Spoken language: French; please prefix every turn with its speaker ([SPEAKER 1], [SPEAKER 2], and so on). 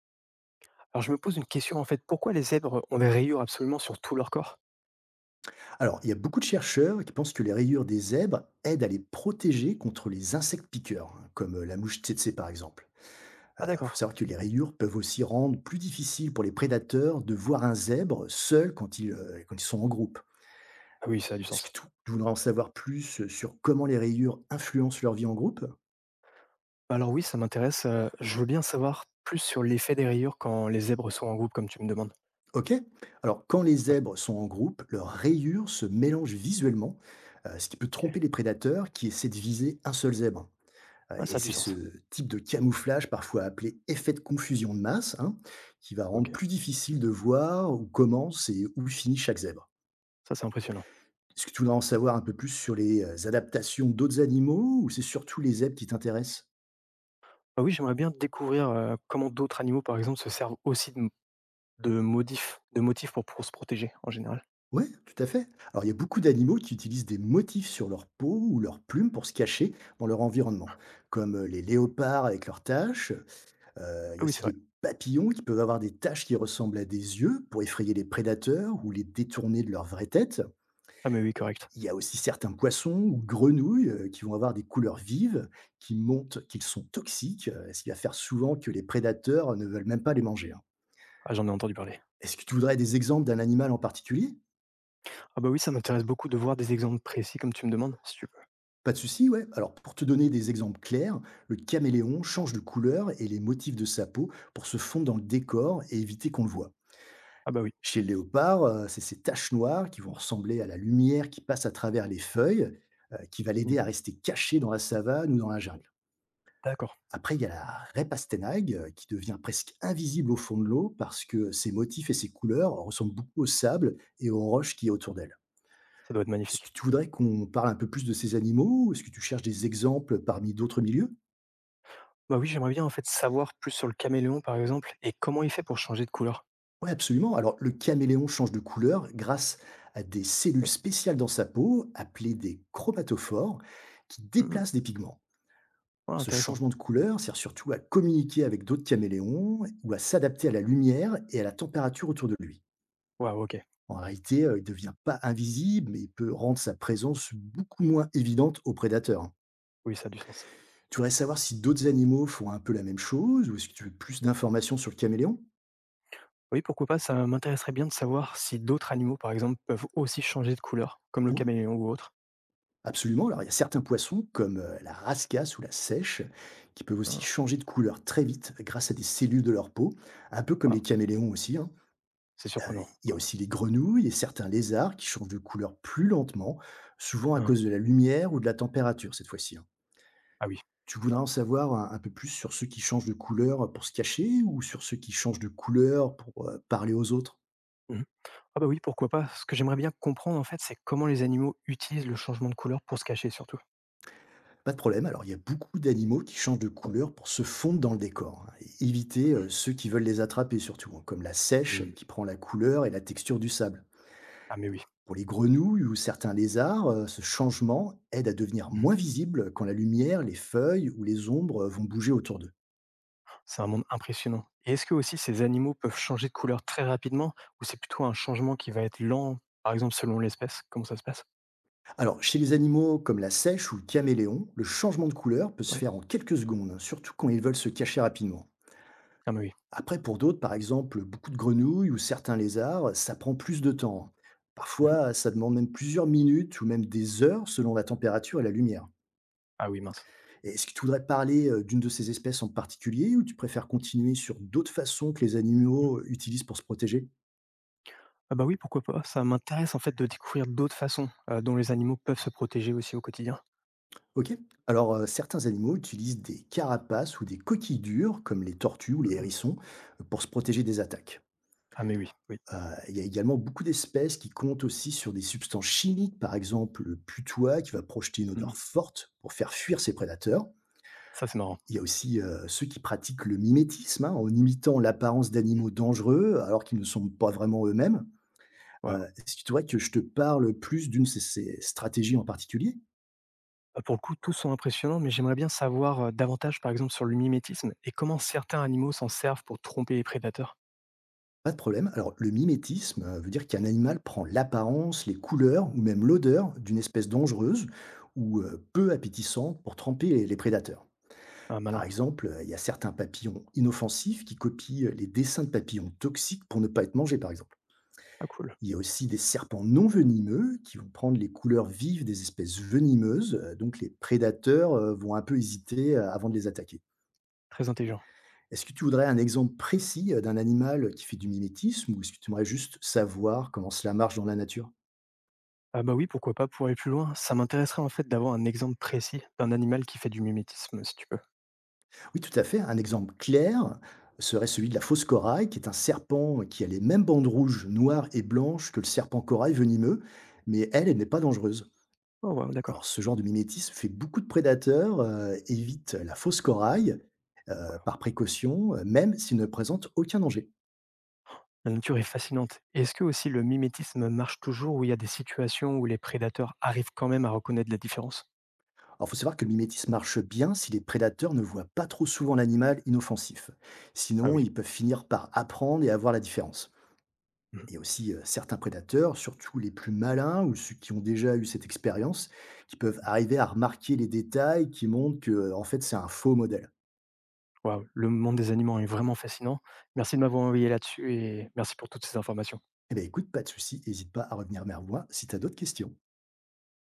[SPEAKER 1] Alors je me pose une question en fait, pourquoi les zèbres ont des rayures absolument sur tout leur corps?
[SPEAKER 2] Alors, il y a beaucoup de chercheurs qui pensent que les rayures des zèbres aident à les protéger contre les insectes piqueurs, hein, comme la mouche tsetse par exemple. Il
[SPEAKER 1] Ah
[SPEAKER 2] faut
[SPEAKER 1] d'accord.
[SPEAKER 2] savoir que les rayures peuvent aussi rendre plus difficile pour les prédateurs de voir un zèbre seul quand ils sont en groupe.
[SPEAKER 1] Ah oui, ça a du
[SPEAKER 2] Est-ce que
[SPEAKER 1] sens.
[SPEAKER 2] tu voudrais en savoir plus sur comment les rayures influencent leur vie en groupe?
[SPEAKER 1] Bah, alors oui, ça m'intéresse. Je veux bien savoir plus sur l'effet des rayures quand les zèbres sont en groupe, comme tu me demandes.
[SPEAKER 2] Ok. Alors, quand les
[SPEAKER 1] Oui,
[SPEAKER 2] zèbres sont en groupe, leurs rayures se mélangent visuellement, ce qui peut
[SPEAKER 1] ok.
[SPEAKER 2] tromper les prédateurs qui essaient de viser un seul zèbre.
[SPEAKER 1] Ah,
[SPEAKER 2] Et
[SPEAKER 1] ça a du
[SPEAKER 2] c'est ce
[SPEAKER 1] sens.
[SPEAKER 2] type de camouflage, parfois appelé effet de confusion de masse, hein, qui va rendre
[SPEAKER 1] Ok,
[SPEAKER 2] plus difficile de voir où commence et où finit chaque zèbre.
[SPEAKER 1] ça c'est impressionnant.
[SPEAKER 2] Est-ce que tu voudrais en savoir un peu plus sur les, adaptations d'autres animaux, ou c'est surtout les zèbres qui t'intéressent?
[SPEAKER 1] Ah oui, j'aimerais bien découvrir comment d'autres animaux, par exemple, se servent aussi de motifs pour se protéger en général.
[SPEAKER 2] Ouais, tout à fait. Alors il y a beaucoup d'animaux qui utilisent des motifs sur leur peau ou leurs plumes pour se cacher dans leur environnement, comme, les léopards avec leurs taches. Il y a
[SPEAKER 1] Ah oui, c'est
[SPEAKER 2] aussi
[SPEAKER 1] vrai.
[SPEAKER 2] les papillons qui peuvent avoir des taches qui ressemblent à des yeux pour effrayer les prédateurs ou les détourner de leur vraie tête.
[SPEAKER 1] Ah mais oui, correct.
[SPEAKER 2] Il y a aussi certains poissons ou grenouilles qui vont avoir des couleurs vives, qui montrent qu'ils sont toxiques, ce qui va faire souvent que les prédateurs ne veulent même pas les manger, hein.
[SPEAKER 1] Ah j'en ai entendu parler.
[SPEAKER 2] Est-ce que tu voudrais des exemples d'un animal en particulier?
[SPEAKER 1] Ah bah oui, ça m'intéresse beaucoup de voir des exemples précis comme tu me demandes, si tu veux.
[SPEAKER 2] Pas de souci, ouais. Alors, pour te donner des exemples clairs, le caméléon change de couleur et les motifs de sa peau pour se fondre dans le décor et éviter qu'on le voie.
[SPEAKER 1] Ah bah oui.
[SPEAKER 2] Chez le léopard, c'est ces taches noires qui vont ressembler à la lumière qui passe à travers les feuilles, qui va l'aider à
[SPEAKER 1] Mhm.
[SPEAKER 2] rester caché dans la savane ou dans la jungle.
[SPEAKER 1] D'accord,
[SPEAKER 2] Après, il y a la Repastenag, qui devient presque invisible au fond de l'eau parce que ses motifs et ses couleurs ressemblent beaucoup au sable et aux roches qui y autour d'elle.
[SPEAKER 1] ça doit être
[SPEAKER 2] Est-ce que
[SPEAKER 1] magnifique.
[SPEAKER 2] tu voudrais qu'on parle un peu plus de ces animaux, ou est-ce que tu cherches des exemples parmi d'autres milieux?
[SPEAKER 1] Bah oui, j'aimerais bien en fait savoir plus sur le caméléon par exemple et comment il fait pour changer de couleur.
[SPEAKER 2] Oui, absolument. Alors, le caméléon change de couleur grâce à des cellules
[SPEAKER 1] Oui.
[SPEAKER 2] spéciales dans sa peau, appelées des chromatophores, qui
[SPEAKER 1] Mmh.
[SPEAKER 2] déplacent des pigments.
[SPEAKER 1] Ouais,
[SPEAKER 2] Alors, ce
[SPEAKER 1] intéressant.
[SPEAKER 2] changement de couleur sert surtout à communiquer avec d'autres caméléons ou à s'adapter à la lumière et à la température autour de lui.
[SPEAKER 1] Waouh, OK.
[SPEAKER 2] En réalité, il ne devient pas invisible, mais il peut rendre sa présence beaucoup moins évidente aux prédateurs, hein.
[SPEAKER 1] Oui, ça a du sens.
[SPEAKER 2] Tu voudrais savoir si d'autres animaux font un peu la même chose, ou est-ce que tu veux plus d'informations sur le caméléon?
[SPEAKER 1] Oui, pourquoi pas, ça m'intéresserait bien de savoir si d'autres animaux, par exemple, peuvent aussi changer de couleur, comme le
[SPEAKER 2] Ouais.
[SPEAKER 1] caméléon ou autre.
[SPEAKER 2] Absolument. Alors il y a certains poissons comme, la rascasse ou la sèche qui peuvent aussi
[SPEAKER 1] Hein,
[SPEAKER 2] changer de couleur très vite grâce à des cellules de leur peau, un peu comme les
[SPEAKER 1] waouh,
[SPEAKER 2] caméléons aussi, hein.
[SPEAKER 1] c'est
[SPEAKER 2] Heu,
[SPEAKER 1] surprenant.
[SPEAKER 2] il y a
[SPEAKER 1] Waouh.
[SPEAKER 2] aussi les grenouilles et certains lézards qui changent de couleur plus lentement, souvent à
[SPEAKER 1] Hein.
[SPEAKER 2] cause de la lumière ou de la température cette fois-ci, hein.
[SPEAKER 1] Ah oui.
[SPEAKER 2] Tu voudrais en savoir un peu plus sur ceux qui changent de couleur pour se cacher, ou sur ceux qui changent de couleur pour, parler aux autres?
[SPEAKER 1] Mmh. Ah bah oui, pourquoi pas. Ce que j'aimerais bien comprendre en fait, c'est comment les animaux utilisent le changement de couleur pour se cacher surtout.
[SPEAKER 2] Pas de problème. Alors il y a beaucoup d'animaux qui changent de couleur pour se fondre dans le décor, hein, et éviter,
[SPEAKER 1] Mmh.
[SPEAKER 2] ceux qui veulent les attraper surtout, hein, comme la sèche
[SPEAKER 1] Mmh.
[SPEAKER 2] qui prend la couleur et la texture du sable.
[SPEAKER 1] Ah mais oui.
[SPEAKER 2] Pour les grenouilles ou certains lézards, ce changement aide à devenir
[SPEAKER 1] Mmh.
[SPEAKER 2] moins visible quand la lumière, les feuilles ou les ombres vont bouger autour d'eux.
[SPEAKER 1] C'est un monde impressionnant. Et est-ce que aussi ces animaux peuvent changer de couleur très rapidement ou c'est plutôt un changement qui va être lent, par exemple selon l'espèce? Comment ça se passe?
[SPEAKER 2] Alors, chez les animaux comme la sèche ou le caméléon, le changement de couleur peut se
[SPEAKER 1] Ouais.
[SPEAKER 2] faire en quelques secondes, hein, surtout quand ils veulent se cacher rapidement.
[SPEAKER 1] Ah bah oui.
[SPEAKER 2] Après, pour d'autres, par exemple, beaucoup de grenouilles ou certains lézards, ça prend plus de temps.
[SPEAKER 1] Mmh.
[SPEAKER 2] Parfois, ça demande même plusieurs minutes ou même des heures selon la température et la lumière.
[SPEAKER 1] Ah oui mince.
[SPEAKER 2] Et est-ce que tu voudrais parler d'une de ces espèces en particulier, ou tu préfères continuer sur d'autres façons que les
[SPEAKER 1] Mmh.
[SPEAKER 2] animaux utilisent pour se protéger?
[SPEAKER 1] Ah bah oui, pourquoi pas? Ça m'intéresse en fait de découvrir d'autres façons, dont les animaux peuvent se protéger aussi au quotidien.
[SPEAKER 2] Ok. Alors, certains animaux utilisent des carapaces ou des coquilles dures, comme les tortues ou les
[SPEAKER 1] Mmh.
[SPEAKER 2] hérissons, pour se protéger des attaques.
[SPEAKER 1] Ah mais oui, oui.
[SPEAKER 2] Il y a également beaucoup d'espèces qui comptent aussi sur des substances chimiques, par exemple le putois qui va projeter une odeur
[SPEAKER 1] Mmh.
[SPEAKER 2] forte pour faire fuir ses prédateurs.
[SPEAKER 1] Ça c'est marrant.
[SPEAKER 2] Il y a aussi ceux qui pratiquent le mimétisme, hein, en imitant l'apparence d'animaux dangereux alors qu'ils ne sont pas vraiment eux-mêmes.
[SPEAKER 1] Waouh.
[SPEAKER 2] Est-ce que tu vois que je te parle plus d'une de ces stratégies en particulier?
[SPEAKER 1] Bah pour le coup, tous sont impressionnants, mais j'aimerais bien savoir, davantage par exemple sur le mimétisme et comment certains animaux s'en servent pour tromper les prédateurs.
[SPEAKER 2] Pas de problème. Alors, le mimétisme veut dire qu'un animal prend l'apparence, les couleurs ou même l'odeur d'une espèce dangereuse ou peu appétissante pour tremper les prédateurs.
[SPEAKER 1] Ah
[SPEAKER 2] Par
[SPEAKER 1] malin.
[SPEAKER 2] exemple, il y a certains papillons inoffensifs qui copient les dessins de papillons toxiques pour ne pas être mangés, par exemple.
[SPEAKER 1] Ah cool.
[SPEAKER 2] Il y a aussi des serpents non venimeux qui vont prendre les couleurs vives des espèces venimeuses, donc les prédateurs vont un peu hésiter avant de les attaquer.
[SPEAKER 1] Très intelligent.
[SPEAKER 2] Est-ce que tu voudrais un exemple précis, d'un animal qui fait du mimétisme, ou est-ce que tu aimerais juste savoir comment cela marche dans la nature?
[SPEAKER 1] Ah bah oui, pourquoi pas pour aller plus loin. Ça m'intéresserait en fait d'avoir un exemple précis d'un animal qui fait du mimétisme, si tu peux.
[SPEAKER 2] Oui, tout à fait, un exemple clair serait celui de la fausse corail, qui est un serpent qui a les mêmes bandes rouges, noires et blanches que le serpent corail venimeux, mais elle, elle n'est pas dangereuse.
[SPEAKER 1] Oh wow, d'accord.
[SPEAKER 2] Alors ce genre de mimétisme fait beaucoup de prédateurs, évitent la fausse corail, heu, par précaution, même s'il ne présente aucun danger.
[SPEAKER 1] La nature est fascinante. Est-ce que aussi le mimétisme marche toujours où il y a des situations où les prédateurs arrivent quand même à reconnaître la différence?
[SPEAKER 2] Alors, il faut savoir que le mimétisme marche bien si les prédateurs ne voient pas trop souvent l'animal inoffensif.
[SPEAKER 1] Ah
[SPEAKER 2] Sinon,
[SPEAKER 1] oui.
[SPEAKER 2] ils peuvent finir par apprendre et avoir la différence.
[SPEAKER 1] Mhm.
[SPEAKER 2] Il y a aussi certains prédateurs, surtout les plus malins ou ceux qui ont déjà eu cette expérience, qui peuvent arriver à remarquer les détails qui montrent que, en fait, c'est un faux modèle.
[SPEAKER 1] Waouh, le monde des animaux est vraiment fascinant. Merci de m'avoir envoyé là-dessus et merci pour toutes ces informations.
[SPEAKER 2] Eh bien, écoute, pas de souci, n'hésite pas à revenir vers moi si tu as d'autres questions.